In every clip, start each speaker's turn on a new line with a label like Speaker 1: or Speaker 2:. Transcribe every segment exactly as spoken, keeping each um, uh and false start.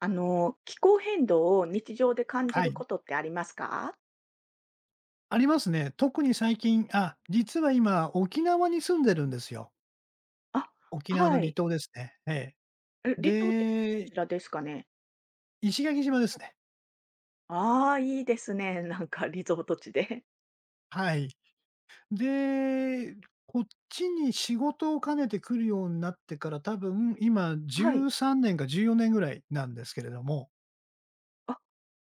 Speaker 1: あの、気候変動を日常で感じ
Speaker 2: は
Speaker 1: る
Speaker 2: い。
Speaker 1: ことってありますか？
Speaker 2: ありますね。特に最近、あ、実は今、沖縄に住んでるんですよ。
Speaker 1: あ、
Speaker 2: 沖縄の
Speaker 1: は
Speaker 2: 離
Speaker 1: い。
Speaker 2: 島ですね。ええ。
Speaker 1: え、離島ってど
Speaker 2: で、
Speaker 1: ちらですかね？
Speaker 2: 石垣島ですね。
Speaker 1: ああ、いいですね。なんかリゾート地で。
Speaker 2: はい。で、こっちに仕事を兼ねて来るようになってから、多分今
Speaker 1: はい。
Speaker 2: じゅうさんねんかじゅうよねんぐらいなんですけれども。
Speaker 1: あ、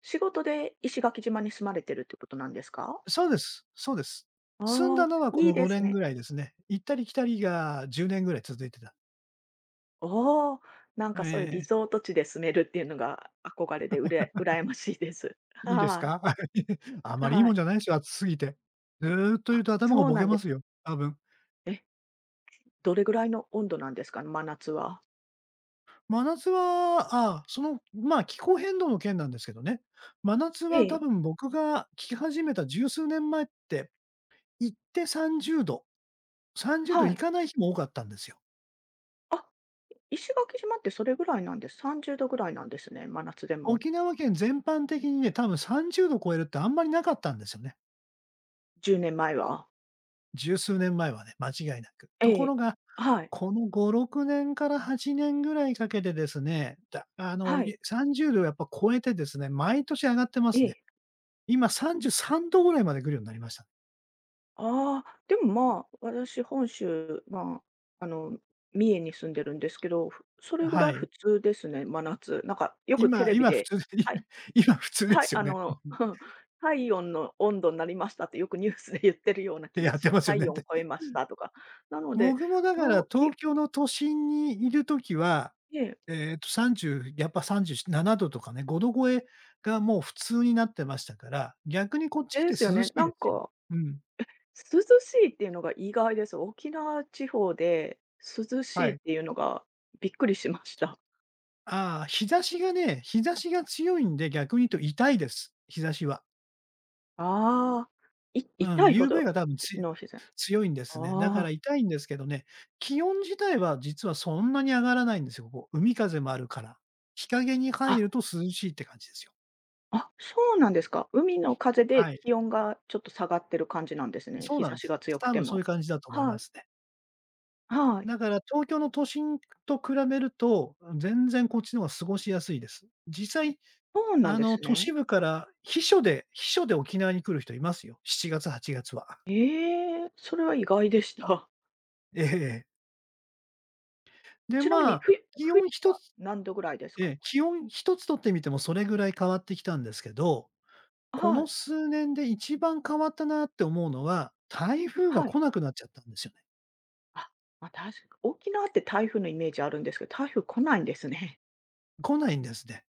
Speaker 1: 仕事で石垣島に住まれてるってことなんですか？
Speaker 2: そうです、そうです。住んだ
Speaker 1: ああ、
Speaker 2: のはこ
Speaker 1: い
Speaker 2: の
Speaker 1: いで
Speaker 2: 5
Speaker 1: す
Speaker 2: 年ぐ
Speaker 1: ね。
Speaker 2: らいですね。行ったり来たりがじゅうねんぐらい続いてた。
Speaker 1: おお、なん
Speaker 2: え
Speaker 1: か、そういうリ
Speaker 2: え。
Speaker 1: ゾート地で住めるっていうのが憧れで、うれ羨ましいです。
Speaker 2: いいです
Speaker 1: はい。
Speaker 2: か？あんまりいい
Speaker 1: は
Speaker 2: もん
Speaker 1: い。
Speaker 2: じゃないですよ、暑すぎて。ずーっとい
Speaker 1: あ、
Speaker 2: ると頭が
Speaker 1: そう
Speaker 2: ボ
Speaker 1: な
Speaker 2: ケ
Speaker 1: んで
Speaker 2: ま
Speaker 1: す。
Speaker 2: すよ、多分。
Speaker 1: え、どれぐらいの温度なんですか？真夏は。
Speaker 2: 真夏は、あその、まあ、気候変動の件なんですけどね。真夏
Speaker 1: え
Speaker 2: は多
Speaker 1: え、
Speaker 2: 分僕が聞き始めた十数年前って、行ってさんじゅうど、さんじゅうど
Speaker 1: は
Speaker 2: い
Speaker 1: い。
Speaker 2: かない日も多かったんですよ。
Speaker 1: あ、石垣島ってそれぐらいなんです。さんじゅうどぐらいなんですね、真夏でも。
Speaker 2: 沖縄県全般的にね、多分さんじゅうど超えるってあんまりなかったんですよね。
Speaker 1: じゅうねんまえは。
Speaker 2: 十数年前はね、間違いなく。と
Speaker 1: え
Speaker 2: ころ
Speaker 1: え。
Speaker 2: が
Speaker 1: はい。
Speaker 2: このご、ろくねんからはちねんぐらいかけてですね、だあの、
Speaker 1: はい。
Speaker 2: いさんじゅうどをやっぱ超えてですね、毎年上がってま
Speaker 1: え
Speaker 2: すね。
Speaker 1: え。
Speaker 2: 今さんじゅうさんどぐらいまで来るようになりました。
Speaker 1: ああ、でも、まあ、私本州、まあ、あの、三重に住んでるんですけど、ふそれぐ
Speaker 2: は
Speaker 1: らい
Speaker 2: い。
Speaker 1: 普通ですね、真夏。なんかよくテ
Speaker 2: 今
Speaker 1: レビ
Speaker 2: 今普
Speaker 1: で、
Speaker 2: 通で。
Speaker 1: はい、
Speaker 2: 今普通で
Speaker 1: はい、
Speaker 2: すよ
Speaker 1: あ
Speaker 2: ね。
Speaker 1: の、体温の温度になりましたってよくニュースで言ってるような気
Speaker 2: や
Speaker 1: が
Speaker 2: っ
Speaker 1: し
Speaker 2: て
Speaker 1: ま
Speaker 2: ま
Speaker 1: す。
Speaker 2: すよね
Speaker 1: 体
Speaker 2: っ
Speaker 1: 温
Speaker 2: て。
Speaker 1: 超えましたとか。なので、
Speaker 2: 僕もだ
Speaker 1: あ、
Speaker 2: から
Speaker 1: い
Speaker 2: 東京の都心にいる時は、
Speaker 1: ええ、
Speaker 2: えっと30やっぱさんじゅうななどとかね、ごど超えがもう普通になってましたから、逆にこっち来
Speaker 1: で
Speaker 2: て
Speaker 1: すよ
Speaker 2: 涼
Speaker 1: ね。
Speaker 2: しい
Speaker 1: なん
Speaker 2: ですよ。
Speaker 1: か、
Speaker 2: うん、
Speaker 1: 涼しいっていうのが意外です。沖縄地方で涼
Speaker 2: は
Speaker 1: しいっ
Speaker 2: い。
Speaker 1: ていうのがびっくりしました。
Speaker 2: ああ、日差しがね、日差しが強いんで、逆に言うと痛いです、日差しは。
Speaker 1: ああ、い
Speaker 2: うん、
Speaker 1: 痛いほ
Speaker 2: ユーブイ
Speaker 1: ど
Speaker 2: が多分つ
Speaker 1: の自然。
Speaker 2: 強いんですね。だか
Speaker 1: あ
Speaker 2: ら
Speaker 1: あ、
Speaker 2: 痛いんですけどね、気温自体は実はそんなに上がらないんですよ、ここ。海風もあるから。日陰に入
Speaker 1: あ、
Speaker 2: ると涼しいって感じですよ。
Speaker 1: あ、そうなんですか。海の風
Speaker 2: は
Speaker 1: で
Speaker 2: い。
Speaker 1: 気温がちょっと下がってる感じなんですね。
Speaker 2: そう
Speaker 1: 日
Speaker 2: なん
Speaker 1: 差
Speaker 2: で
Speaker 1: し
Speaker 2: す。
Speaker 1: が強く
Speaker 2: 多
Speaker 1: て
Speaker 2: 分そういう
Speaker 1: も。
Speaker 2: 感じだと思いま
Speaker 1: はい、
Speaker 2: すね。
Speaker 1: はい。
Speaker 2: だから東京の都心と比べると、全然こっちの方が過ごしやすいです。実際、
Speaker 1: そうなん
Speaker 2: あ
Speaker 1: で
Speaker 2: の、
Speaker 1: す
Speaker 2: 都
Speaker 1: ね。
Speaker 2: 市部から避暑で避暑で沖縄に来る人いますよ、しちがつ、はちがつは。
Speaker 1: ええ、それは意外でした。
Speaker 2: ええで、
Speaker 1: ちなみ
Speaker 2: ま
Speaker 1: に、
Speaker 2: あ、
Speaker 1: 冬、
Speaker 2: 気
Speaker 1: 冬、
Speaker 2: 温一つ
Speaker 1: 何度ぐらいです
Speaker 2: え
Speaker 1: か？
Speaker 2: え、気温一つとってみてもそれぐらい変わってきたんですけど、こ
Speaker 1: は
Speaker 2: の
Speaker 1: い、
Speaker 2: 数年で一番変わったなって思うのは、台風が
Speaker 1: はい。
Speaker 2: 来なくなっちゃったんですよね。
Speaker 1: あ、まあ、たし沖縄って台風のイメージあるんですけど、台風来ないんですね。
Speaker 2: 来ないんですね。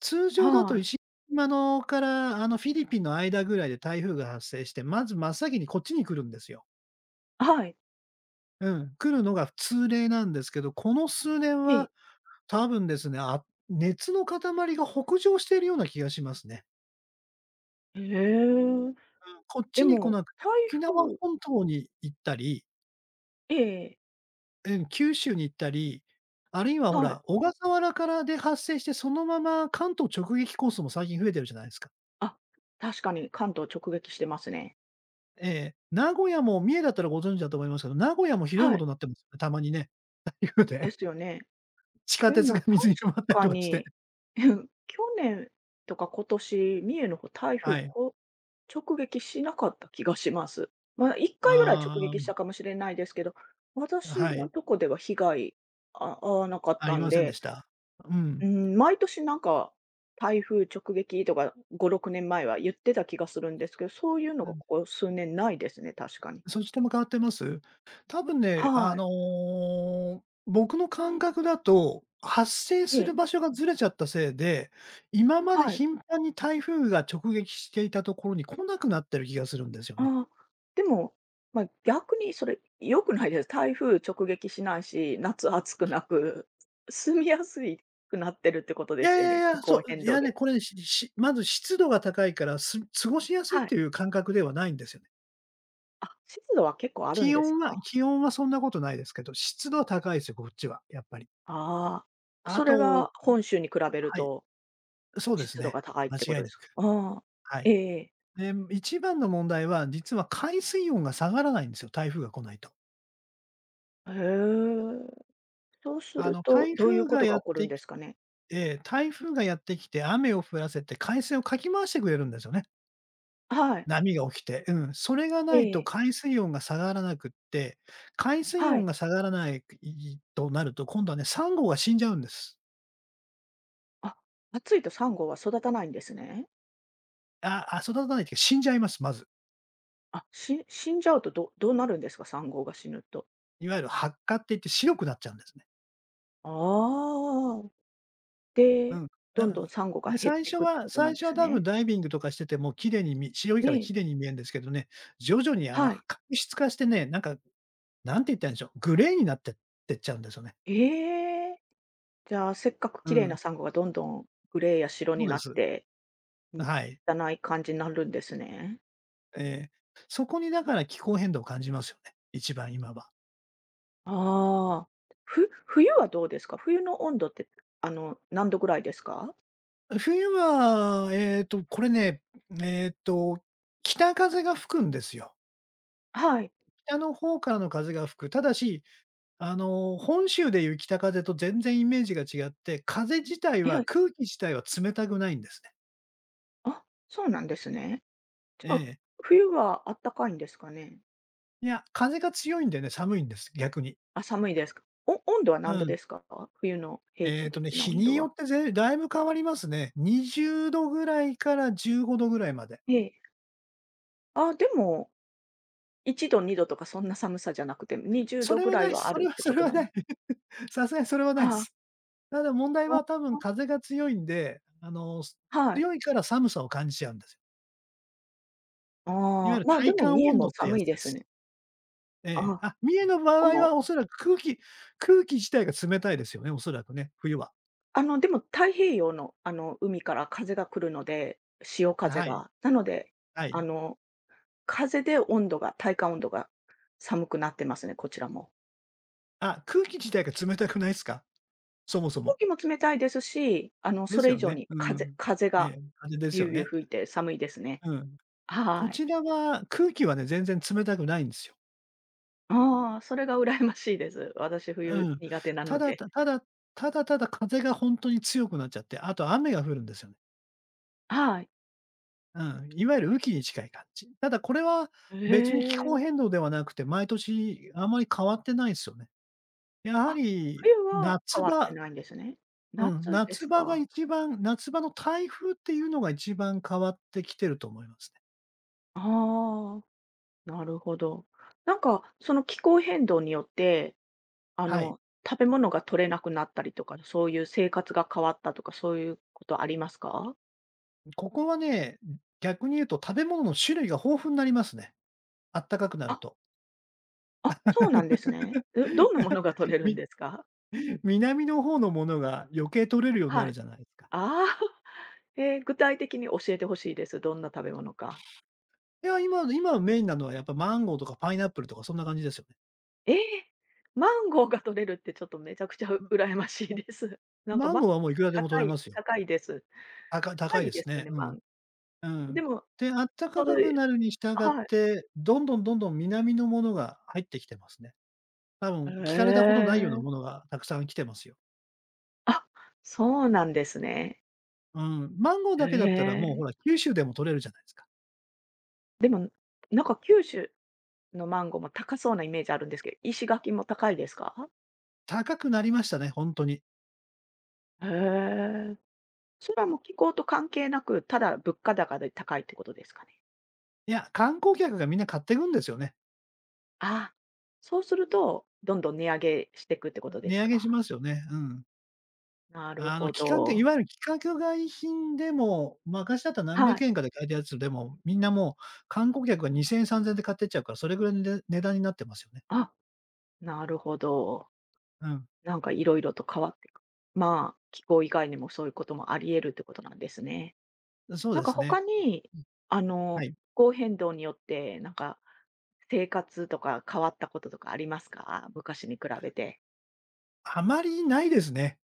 Speaker 2: 通 常だと
Speaker 1: は
Speaker 2: 石
Speaker 1: い。
Speaker 2: 垣島から、あの、フィリピンの間ぐらいで台風が発生して、まず真っ先にこっちに来るんですよ。
Speaker 1: はい。
Speaker 2: うん、来るのが通例なんですけど、この数年
Speaker 1: え
Speaker 2: は
Speaker 1: え。
Speaker 2: 多分ですね、あ熱の塊が北上しているような気がしますね。
Speaker 1: へえ。
Speaker 2: うんこっち
Speaker 1: で
Speaker 2: に来
Speaker 1: も、
Speaker 2: なくて、
Speaker 1: 台
Speaker 2: 沖縄
Speaker 1: 風
Speaker 2: 本島に行ったり、
Speaker 1: ええ、
Speaker 2: うん、九州に行ったり、あるいはほ
Speaker 1: は
Speaker 2: ら、
Speaker 1: い。
Speaker 2: 小笠原からで発生して、そのまま関東直撃コースも最近増えてるじゃないですか。
Speaker 1: あ、確かに関東直撃してますね。
Speaker 2: ええ、名古屋も、三重だったらご存知だと思いますけど、名古屋もひどい
Speaker 1: は
Speaker 2: こと
Speaker 1: い、
Speaker 2: になってますよね、たまにね、台風
Speaker 1: で
Speaker 2: で。
Speaker 1: すよね。
Speaker 2: 地下
Speaker 1: で
Speaker 2: 鉄
Speaker 1: も、
Speaker 2: が
Speaker 1: 確
Speaker 2: 水に埋まったり
Speaker 1: か
Speaker 2: とかして。
Speaker 1: に、去年とか今年、三重の方、台風
Speaker 2: はい。
Speaker 1: こ直撃しなかった気がします。まあ、いっかいぐらい直撃し
Speaker 2: あ
Speaker 1: たかもしれないですけど、
Speaker 2: あ、
Speaker 1: 私
Speaker 2: は
Speaker 1: の
Speaker 2: い、
Speaker 1: とこでは被害あ合わなかっ
Speaker 2: あ
Speaker 1: た
Speaker 2: り
Speaker 1: ん
Speaker 2: ませんで
Speaker 1: で。
Speaker 2: した。
Speaker 1: うん、毎年なんか、台風直撃とかご、ろくねんまえは言ってた気がするんですけど、そういうの
Speaker 2: う
Speaker 1: がこ
Speaker 2: ん。
Speaker 1: こ数年ないですね、確かに。
Speaker 2: そっちらも変わってます？多分ね、あ
Speaker 1: はい。
Speaker 2: の、僕の感覚だと、発生
Speaker 1: え
Speaker 2: する
Speaker 1: え、
Speaker 2: 場所がずれちゃったせいで、今まで
Speaker 1: はい。
Speaker 2: 頻繁に台風が直撃していたところに来なくなってる気がするんですよね。
Speaker 1: ああ、でも、まあ、逆にそれ良くないです。台風直撃しないし、夏暑くなく、住みやすいくなってるってこと
Speaker 2: い
Speaker 1: で
Speaker 2: や
Speaker 1: す
Speaker 2: い
Speaker 1: よ
Speaker 2: やい
Speaker 1: ね、気
Speaker 2: や、
Speaker 1: 候
Speaker 2: そう、
Speaker 1: 変
Speaker 2: い
Speaker 1: 動
Speaker 2: やね、
Speaker 1: で。
Speaker 2: これね、ししまず湿度が高いから、す過ごしやすいっ
Speaker 1: は
Speaker 2: て
Speaker 1: い。
Speaker 2: いう感覚ではないんですよね。
Speaker 1: あ、湿度は結構あるん
Speaker 2: 気
Speaker 1: です
Speaker 2: 温は
Speaker 1: か？
Speaker 2: 気温はそんなことないですけど、湿度は高いですよ、こっちは、やっぱり。
Speaker 1: ああ、
Speaker 2: あ
Speaker 1: それ
Speaker 2: と、
Speaker 1: は本州に比べる
Speaker 2: はい、
Speaker 1: と
Speaker 2: そうです
Speaker 1: 湿度
Speaker 2: ね、
Speaker 1: が高いっ
Speaker 2: 間
Speaker 1: てこ
Speaker 2: 違
Speaker 1: と
Speaker 2: いな
Speaker 1: ですか？
Speaker 2: く。
Speaker 1: ああ、
Speaker 2: はい。
Speaker 1: ええ。
Speaker 2: で、一番の問題は、実は海水温が下がらないんですよ、台風が来ないと。
Speaker 1: へえ。そうす
Speaker 2: あ
Speaker 1: る
Speaker 2: の、
Speaker 1: と、
Speaker 2: 台
Speaker 1: どうい
Speaker 2: 風
Speaker 1: うこ
Speaker 2: が
Speaker 1: とが
Speaker 2: やっ
Speaker 1: 起こる
Speaker 2: て
Speaker 1: んで
Speaker 2: き
Speaker 1: すかね？
Speaker 2: て台風がやってきて雨を降らせて海水をかき回してくれるんですよね。
Speaker 1: はい。
Speaker 2: 波が起きて。うん。それがない
Speaker 1: え
Speaker 2: と
Speaker 1: え。
Speaker 2: 海水温が下がらなくって、海水
Speaker 1: は
Speaker 2: 温
Speaker 1: い。
Speaker 2: が下がらないとなると、今度はね、サンゴが死んじゃうんです。
Speaker 1: あ、暑いとサンゴは育たないんですね。
Speaker 2: ああ、育たないっていうか死んじゃいます、まず。
Speaker 1: あ、し死んじゃうと、どどうなるんですか？サンゴが死ぬと。
Speaker 2: いわゆる白化って言って白くなっちゃうんですね。
Speaker 1: ああ。
Speaker 2: う
Speaker 1: で、
Speaker 2: ん。
Speaker 1: どんどん
Speaker 2: な
Speaker 1: サンゴが
Speaker 2: で、
Speaker 1: 減っ
Speaker 2: 最
Speaker 1: てい
Speaker 2: 初
Speaker 1: くって
Speaker 2: は
Speaker 1: ことな
Speaker 2: 最
Speaker 1: んで
Speaker 2: 初は
Speaker 1: す
Speaker 2: 多分
Speaker 1: ね。
Speaker 2: ダイビングとかしてても綺麗にみ白いから
Speaker 1: え
Speaker 2: 綺麗
Speaker 1: え。
Speaker 2: に見えるんですけどね、徐々にあの、
Speaker 1: はい。
Speaker 2: 角質化してね、なんか、なんて言ったらいいんでしょう、グレーになってってっちゃうんですよね。
Speaker 1: ええ。じゃあ、せっかく
Speaker 2: う
Speaker 1: 綺麗
Speaker 2: ん、
Speaker 1: なサンゴがどんどんグレーや白
Speaker 2: そ
Speaker 1: に
Speaker 2: う
Speaker 1: な
Speaker 2: で
Speaker 1: っ
Speaker 2: す。
Speaker 1: て、ん、
Speaker 2: はい。
Speaker 1: 汚い感じになるんですね。
Speaker 2: ええ。そこにだから気候変動を感じますよね、一番今は。
Speaker 1: ああ。ふ冬はどうですか？冬の温度って、あの、何度ぐらいですか？
Speaker 2: 冬は、えっと、これね、えっと、北風が吹くんですよ。
Speaker 1: はい。
Speaker 2: 北の方からの風が吹く。ただしあの、本州でいう北風と全然イメージが違って、風自体
Speaker 1: え
Speaker 2: は
Speaker 1: え。
Speaker 2: 空気自体は冷たくないんですね。
Speaker 1: あ、そうなんですね。じ
Speaker 2: え
Speaker 1: ゃあ、
Speaker 2: え。
Speaker 1: 冬はあったかいんですかね？
Speaker 2: いや、風が強いんでね、寒いんです、逆に。
Speaker 1: あ、寒いですか？お温度は
Speaker 2: う
Speaker 1: 何度
Speaker 2: ん。
Speaker 1: ですか？冬の平
Speaker 2: え
Speaker 1: 均
Speaker 2: っとね、
Speaker 1: 的な
Speaker 2: 日
Speaker 1: 温
Speaker 2: に
Speaker 1: 度
Speaker 2: よ
Speaker 1: は。
Speaker 2: ってぜだいぶ変わりますね。にじゅうどぐらいからじゅうごどぐらいまで。
Speaker 1: ええ。あ、でも、いちど、にどとかそんな寒さじゃなくて、20
Speaker 2: そ
Speaker 1: 度
Speaker 2: れ
Speaker 1: ぐ
Speaker 2: は
Speaker 1: ら
Speaker 2: な
Speaker 1: い
Speaker 2: いす。
Speaker 1: はあ
Speaker 2: それ
Speaker 1: る
Speaker 2: は
Speaker 1: って
Speaker 2: そ
Speaker 1: こ
Speaker 2: れ
Speaker 1: と
Speaker 2: は
Speaker 1: な
Speaker 2: な
Speaker 1: んで。
Speaker 2: い。さすがにそれはない
Speaker 1: ああ、
Speaker 2: す。ただ問題は
Speaker 1: あ
Speaker 2: 多分風が強いんで、あの、す
Speaker 1: あ、はい。
Speaker 2: 強いから寒さを感じちゃうんですよ。いわ
Speaker 1: あ
Speaker 2: ゆ
Speaker 1: あ、
Speaker 2: る
Speaker 1: まあ、で
Speaker 2: 体
Speaker 1: も
Speaker 2: 感
Speaker 1: 三重
Speaker 2: 温度
Speaker 1: も
Speaker 2: ってや
Speaker 1: 寒
Speaker 2: つ
Speaker 1: い
Speaker 2: で
Speaker 1: です
Speaker 2: す。
Speaker 1: ね。
Speaker 2: え
Speaker 1: あ
Speaker 2: え、
Speaker 1: あ、
Speaker 2: あ、三重の場
Speaker 1: ここ
Speaker 2: 合は
Speaker 1: も
Speaker 2: おそらく空気空気自体が冷たいですよね、おそらくね、冬は。
Speaker 1: あの、でも太平洋の、あの、海から風が来るので、潮風
Speaker 2: はい、
Speaker 1: が。なので、
Speaker 2: は
Speaker 1: あ
Speaker 2: い。
Speaker 1: の、風で温度が、体感温度が寒くなってますね、こちらも。
Speaker 2: あ、空気自体が冷たくないすか？そもそ
Speaker 1: 空
Speaker 2: も。
Speaker 1: 気も冷たいですし、あの、
Speaker 2: で
Speaker 1: そ
Speaker 2: す
Speaker 1: れ
Speaker 2: よ
Speaker 1: 以上
Speaker 2: ね。
Speaker 1: に
Speaker 2: う
Speaker 1: 風
Speaker 2: ん。
Speaker 1: 風
Speaker 2: え
Speaker 1: が
Speaker 2: え、感じです
Speaker 1: ビ
Speaker 2: よ
Speaker 1: ュービュー
Speaker 2: ね。
Speaker 1: 吹いて寒いですね。
Speaker 2: うん。こ
Speaker 1: はい。
Speaker 2: ちらは空気はね、全然冷たくないんですよ。
Speaker 1: ああ、それが羨ましいです。私、
Speaker 2: う
Speaker 1: 冬
Speaker 2: ん。
Speaker 1: 苦手な
Speaker 2: た
Speaker 1: の
Speaker 2: だ
Speaker 1: で。
Speaker 2: たただただただ風がほんとに強くなっちゃって、あと雨が降るんですよね。
Speaker 1: はい。
Speaker 2: うん、いわゆる雨季に近い感じ。ただこれは
Speaker 1: へ
Speaker 2: 別に気候
Speaker 1: え。
Speaker 2: 変動ではなくて、毎年あまり変わってないすよね。やは
Speaker 1: あ、
Speaker 2: り、
Speaker 1: 冬は
Speaker 2: 夏
Speaker 1: 変わって
Speaker 2: 場
Speaker 1: ないんですね。
Speaker 2: うん、
Speaker 1: 夏で
Speaker 2: 夏
Speaker 1: す
Speaker 2: 場が
Speaker 1: か。
Speaker 2: 一番夏場の台風っていうのが一番変わってきてると思いますね。
Speaker 1: ああ。なるほど。なんか、その気候変動によって、あ
Speaker 2: はい。
Speaker 1: の、食べ物が取れなくなったりとか、そういう生活が変わったとか、そういうことありますか？
Speaker 2: ここはね、逆に言うと食べ物の種類が豊富になりますね。あったかくなる
Speaker 1: あ、
Speaker 2: と。
Speaker 1: あ、そうなんですね。え、どんなものが取れ るん
Speaker 2: み
Speaker 1: ですか？
Speaker 2: 南の方のものが余計取れるようにな
Speaker 1: は
Speaker 2: る
Speaker 1: い。
Speaker 2: じゃないですか。
Speaker 1: ああ、えー、具体的に教えてほしいです。どんな食べ物か。
Speaker 2: いや、今今メインなのはやっぱマンゴーとかパイナップルとかそんな感じですよね。
Speaker 1: ええ！マンゴーが取れるってちょっとめちゃくちゃ 羨ましいです。なんか、
Speaker 2: マン
Speaker 1: ま
Speaker 2: ゴーはもういくらでも取
Speaker 1: 高
Speaker 2: れま
Speaker 1: い、
Speaker 2: すよ。
Speaker 1: 高いです。
Speaker 2: 高、
Speaker 1: 高
Speaker 2: 高い
Speaker 1: い
Speaker 2: で
Speaker 1: で
Speaker 2: す
Speaker 1: すよ
Speaker 2: ね。
Speaker 1: ね、
Speaker 2: う
Speaker 1: マ
Speaker 2: ん
Speaker 1: ン
Speaker 2: うん。
Speaker 1: でも、
Speaker 2: で、あったか
Speaker 1: そ
Speaker 2: く
Speaker 1: れ
Speaker 2: なるに従っ
Speaker 1: はい。
Speaker 2: て、どんどんどんどん南のものが入ってきてますね。多分
Speaker 1: へ
Speaker 2: 聞かれたことないような
Speaker 1: え。
Speaker 2: ものがたくさん来てますよ。
Speaker 1: あ、そうなんですね。
Speaker 2: うん。マンゴー
Speaker 1: へ
Speaker 2: だけだったらもうほ
Speaker 1: え。
Speaker 2: ら、九州でも取れるじゃないですか。
Speaker 1: でも、なんか、九州のマンゴーも高そうなイメージあるんですけど、石垣も高いですか？
Speaker 2: 高くなりましたね、ほんとに。
Speaker 1: へえ。それはもう気候と関係なく、ただ物価高で高いってことですかね？
Speaker 2: いや、観光客がみんな買ってくんですよね。
Speaker 1: あ、そうすると、どんどん値上げしていくってことで
Speaker 2: 値
Speaker 1: す
Speaker 2: 上げし
Speaker 1: か？
Speaker 2: ますよね。うん。
Speaker 1: なる
Speaker 2: あの
Speaker 1: ほ
Speaker 2: 期間限い
Speaker 1: ど。
Speaker 2: わゆる規格外品でも、昔だったら何
Speaker 1: は
Speaker 2: 百
Speaker 1: い。
Speaker 2: 円かで買えたやつでも、みんなもう観光客がにせんえん、さんぜんえんで買ってっちゃうから、それぐらいのね値段になってますよね。
Speaker 1: あ、なるほど。
Speaker 2: うん。
Speaker 1: なんか、いろいろと変わっていく。まあ、気候以外にもそういうこともあり得るってことなんですね。
Speaker 2: そう
Speaker 1: なん
Speaker 2: で
Speaker 1: か、
Speaker 2: すね。
Speaker 1: 他に、あ
Speaker 2: は
Speaker 1: の、
Speaker 2: い。
Speaker 1: 気候変動によって、なんか、生活とか変わったこととかありますか？昔に比べて。
Speaker 2: あまりないですね。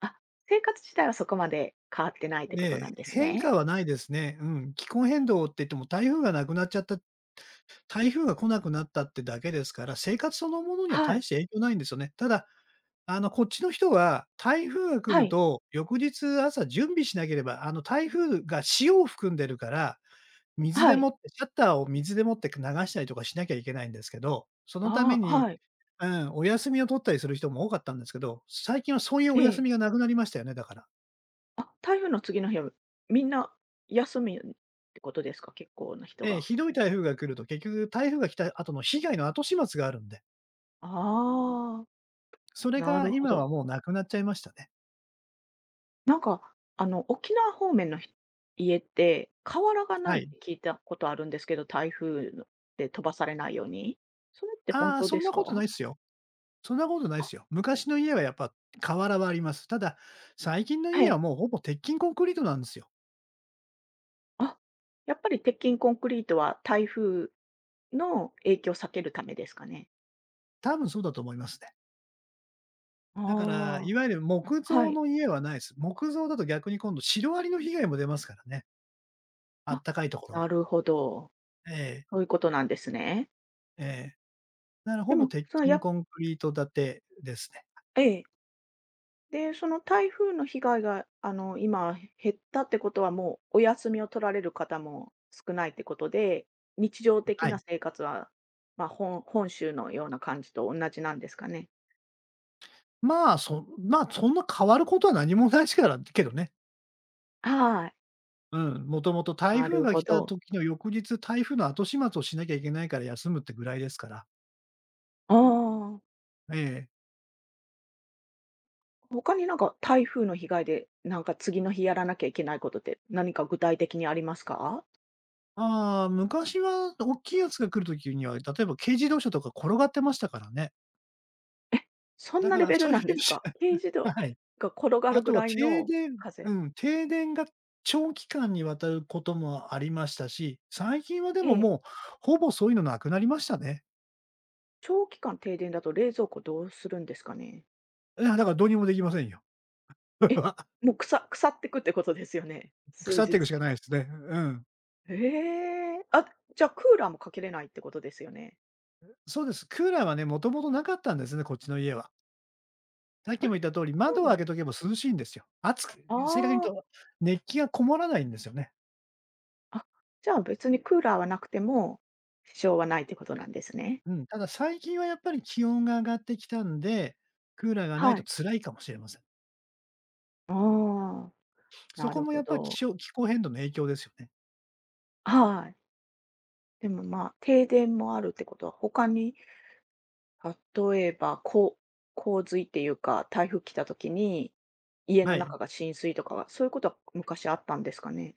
Speaker 1: あ、生活自体はそこまで変わってないって
Speaker 2: え
Speaker 1: こと
Speaker 2: え、
Speaker 1: なんです
Speaker 2: 変
Speaker 1: ね。
Speaker 2: 化はないですね。うん。気候変動って言っても台風がなくなっちゃった台風が来なくなったってだけですから、生活そのものには
Speaker 1: は
Speaker 2: 大
Speaker 1: い。
Speaker 2: して影響ないんですよね。ただ、あの、こっちの人は、台風が来
Speaker 1: は
Speaker 2: る
Speaker 1: い。
Speaker 2: と、翌日朝準備しなければ、あの、台風が潮を含んでるから、水
Speaker 1: は
Speaker 2: で
Speaker 1: い。
Speaker 2: もってシャッターを水でもって流したりとかしなきゃいけないんですけど、そのため
Speaker 1: ああ、
Speaker 2: に、
Speaker 1: はい。
Speaker 2: うん、お休みを取ったりする人も多かったんですけど、最近はそういう
Speaker 1: え
Speaker 2: お休
Speaker 1: え。
Speaker 2: みがなくなりましたよね、だから。
Speaker 1: あ、台風の次の日はみんな休みってことですか？結構な人
Speaker 2: ええ、
Speaker 1: が。
Speaker 2: ひどい台風が来ると、結局台風が来た後の被害の後始末があるんで、
Speaker 1: ああ、
Speaker 2: それ
Speaker 1: な
Speaker 2: が
Speaker 1: るほ
Speaker 2: 今は
Speaker 1: ど。
Speaker 2: もうなくなっちゃいましたね。
Speaker 1: なんか、あの、沖縄方面のひ家って、瓦がな
Speaker 2: は
Speaker 1: いっ
Speaker 2: い。
Speaker 1: て聞いたことあるんですけど、台風ので飛ばされないように。それって本
Speaker 2: ああ、
Speaker 1: 当
Speaker 2: そ
Speaker 1: で
Speaker 2: ん
Speaker 1: す
Speaker 2: なこと
Speaker 1: か？
Speaker 2: ないっすよ。そんなことないっ
Speaker 1: あ、
Speaker 2: すよ。昔の家はやっぱ瓦はあります。ただ、最近の
Speaker 1: は
Speaker 2: 家は
Speaker 1: い。
Speaker 2: もうほぼ鉄筋コンクリートなんですよ。
Speaker 1: あ、やっぱり鉄筋コンクリートは台風の影響を避けるためですかね？
Speaker 2: 多分そうだと思いますね。
Speaker 1: あ
Speaker 2: だから、
Speaker 1: あ、
Speaker 2: いわゆる木
Speaker 1: は
Speaker 2: 造
Speaker 1: い。
Speaker 2: の家はないです。木造だと逆に今度シロアリの被害も出ますからね、あっ
Speaker 1: あ、
Speaker 2: たかいところ
Speaker 1: な
Speaker 2: は。
Speaker 1: るほど。
Speaker 2: ええ、
Speaker 1: そういうことなんですね。
Speaker 2: ええ。だから
Speaker 1: で
Speaker 2: ほぼ
Speaker 1: も、
Speaker 2: 鉄
Speaker 1: そのや
Speaker 2: 筋
Speaker 1: っ
Speaker 2: コンクリート建てですね。
Speaker 1: ええ。で、その台風の被害が、あの、今減ったってことは、もうお休みを取られる方も少ないってことで、日常的
Speaker 2: は
Speaker 1: な
Speaker 2: い。
Speaker 1: 生活は、ま、あ本本州のような感じと同じなんですかね？
Speaker 2: まあ、そまあ、そんな変わることは何もないですからけどね。
Speaker 1: はい、
Speaker 2: うん、もともと台
Speaker 1: な
Speaker 2: 風
Speaker 1: る
Speaker 2: が
Speaker 1: ほ
Speaker 2: 来た
Speaker 1: ど。
Speaker 2: 時の翌日、台風の後始末をしなきゃいけないから休むってぐらいですから。
Speaker 1: ああ。
Speaker 2: ええ。
Speaker 1: 他になんか、台風の被害で、なんか、次の日やらなきゃいけないことって何か具体的にありますか？
Speaker 2: ああ、昔は大きいやつが来る時には、例えば軽自動車とか転がってましたからね。
Speaker 1: え、そん
Speaker 2: だ
Speaker 1: な
Speaker 2: か
Speaker 1: レ
Speaker 2: ら
Speaker 1: ベル
Speaker 2: そういう
Speaker 1: なん
Speaker 2: 意
Speaker 1: で
Speaker 2: 味
Speaker 1: す
Speaker 2: じ
Speaker 1: か？軽自
Speaker 2: ゃ
Speaker 1: 動
Speaker 2: はい。
Speaker 1: が転がる
Speaker 2: あ
Speaker 1: ぐ
Speaker 2: とは
Speaker 1: らい
Speaker 2: 停
Speaker 1: の
Speaker 2: 電う
Speaker 1: 風。
Speaker 2: ん、停電が長期間にわたることもありましたし、最近はで
Speaker 1: え
Speaker 2: も
Speaker 1: え、
Speaker 2: もう、ほぼそういうのなくなりましたね。
Speaker 1: 長期間停電だと冷蔵庫どうするんですかね？
Speaker 2: いや、だからどうにもできませんよ。
Speaker 1: え、もう、腐腐ってくってことですよね？数
Speaker 2: 腐って
Speaker 1: 日
Speaker 2: いくしかな
Speaker 1: で。
Speaker 2: いですね。うん。
Speaker 1: ええ、あ、じゃあクーラーもかけれないってことですよね？
Speaker 2: そうです。クーラーはね、もともとなかったんですね、こっちの家は。さっきも言った通り、
Speaker 1: そ
Speaker 2: 窓を
Speaker 1: うなん
Speaker 2: 開
Speaker 1: で
Speaker 2: け
Speaker 1: す
Speaker 2: とけば涼しいんですよ。暑く正確に言う
Speaker 1: あ
Speaker 2: と、熱気がこもらないんですよね。
Speaker 1: あ、あ、じゃあ別にクーラーはなくても、支障はないってことなんですね。
Speaker 2: うん、ただ最近はやっぱり気温が上がってきたんで、クーラーがない
Speaker 1: は
Speaker 2: と
Speaker 1: い。
Speaker 2: 辛いかもしれません。
Speaker 1: ああ、
Speaker 2: そ
Speaker 1: な
Speaker 2: こ
Speaker 1: る
Speaker 2: もや
Speaker 1: ほ
Speaker 2: っぱ気
Speaker 1: ど。
Speaker 2: 象気候変動の影響ですよね。
Speaker 1: はい。でも、まあ、停電もあるってことは、他に、例えば、こう、洪水っていうか、台風来た時に、家の
Speaker 2: はい。
Speaker 1: 中が浸水とかは、そういうことは昔あったんですかね？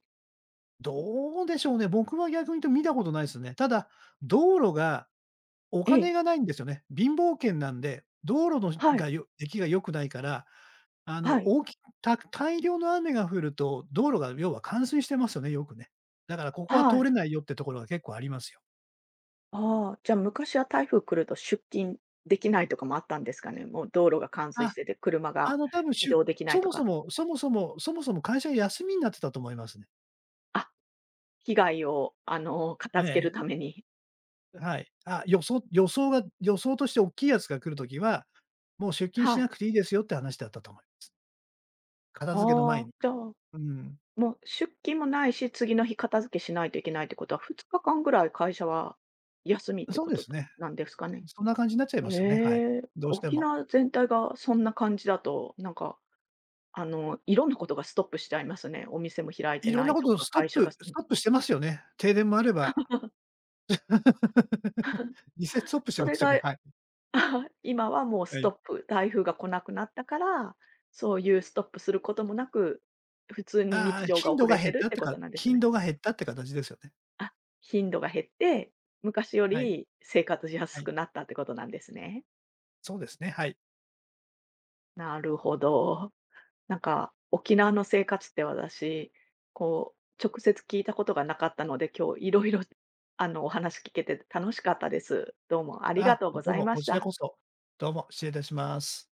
Speaker 2: どうでしょうね、僕は逆に言うと見たことないですね。ただ、道路がお
Speaker 1: え
Speaker 2: 金
Speaker 1: え、
Speaker 2: がないんですよね。貧乏圏なんで、道路の
Speaker 1: は
Speaker 2: が
Speaker 1: い、
Speaker 2: よ出来が良くないから、あの、
Speaker 1: はい、
Speaker 2: 大きた大量の雨が降ると、道路が要は冠水してますよね、よくね。だからここは
Speaker 1: は
Speaker 2: 通
Speaker 1: い。
Speaker 2: れないよってところが結構ありますよ。
Speaker 1: ああ、じゃ、あ昔は台風来ると出勤できないとかもあったんですかね？もう道路が冠水し
Speaker 2: あ、
Speaker 1: てて、車
Speaker 2: あ
Speaker 1: が
Speaker 2: の、多分
Speaker 1: 移
Speaker 2: しゅ
Speaker 1: 動できない
Speaker 2: そ
Speaker 1: と
Speaker 2: もそ
Speaker 1: か。
Speaker 2: もそもそもそもそも会社が休みになってたと思いますね。
Speaker 1: あ、被害をあの、片付けるた
Speaker 2: え
Speaker 1: めに。
Speaker 2: え、はい。あ、予想予想が予想として大きいやつが来るときは、もう出勤し
Speaker 1: はい。
Speaker 2: なくていいですよって話だったと思う。片付けの
Speaker 1: あ
Speaker 2: 前
Speaker 1: あ、
Speaker 2: に。
Speaker 1: じゃあ
Speaker 2: うん。
Speaker 1: もう出勤もないし、次の日片付けしないといけないってことは、ふつかかんぐらい会社は休みって
Speaker 2: そう
Speaker 1: こ
Speaker 2: で
Speaker 1: と
Speaker 2: すね。
Speaker 1: なんですかね？
Speaker 2: そんな感じになっちゃいますよね、はい。
Speaker 1: ええ、
Speaker 2: どうして
Speaker 1: 沖
Speaker 2: も。
Speaker 1: 縄全体がそんな感じだと、なんか、あの、いろんなことがストップしちゃいますね。お店も開い
Speaker 2: い
Speaker 1: て
Speaker 2: ろん
Speaker 1: な
Speaker 2: な
Speaker 1: い
Speaker 2: こ
Speaker 1: と
Speaker 2: とを
Speaker 1: か、
Speaker 2: ストッ
Speaker 1: 会社が
Speaker 2: プ
Speaker 1: う
Speaker 2: ス
Speaker 1: ん。
Speaker 2: トップしてますよね。停電もあれば。にセットストップして
Speaker 1: そ
Speaker 2: ま
Speaker 1: れ
Speaker 2: すよね、
Speaker 1: が、
Speaker 2: はい。
Speaker 1: あ、 今はもう
Speaker 2: は
Speaker 1: ストッ
Speaker 2: い。
Speaker 1: プ、台風が来なくなったから、そういうストップすることもなく、普通に
Speaker 2: あ
Speaker 1: 日
Speaker 2: あ、
Speaker 1: 常が
Speaker 2: 頻
Speaker 1: 遅
Speaker 2: 度が
Speaker 1: れて
Speaker 2: 減っ
Speaker 1: る
Speaker 2: た
Speaker 1: っ
Speaker 2: っ
Speaker 1: て
Speaker 2: て
Speaker 1: こと
Speaker 2: か
Speaker 1: なんです
Speaker 2: 頻
Speaker 1: ね。
Speaker 2: 度が減ったって形ですよね。
Speaker 1: あ、頻度が減って、昔よ
Speaker 2: はい、
Speaker 1: り生活しや
Speaker 2: は
Speaker 1: す
Speaker 2: い。
Speaker 1: くなったってことなんですね。
Speaker 2: そうですね、はい。
Speaker 1: なるほど。なんか、沖縄の生活って私、こう、直接聞いたことがなかったので、今日いろいろ、あの、お話聞けて楽しかったです。どうもありが
Speaker 2: あ、
Speaker 1: とうご
Speaker 2: どう
Speaker 1: ざい
Speaker 2: も、
Speaker 1: ま
Speaker 2: こ
Speaker 1: し
Speaker 2: ちら
Speaker 1: た。
Speaker 2: こそ。どうも、失礼いたします。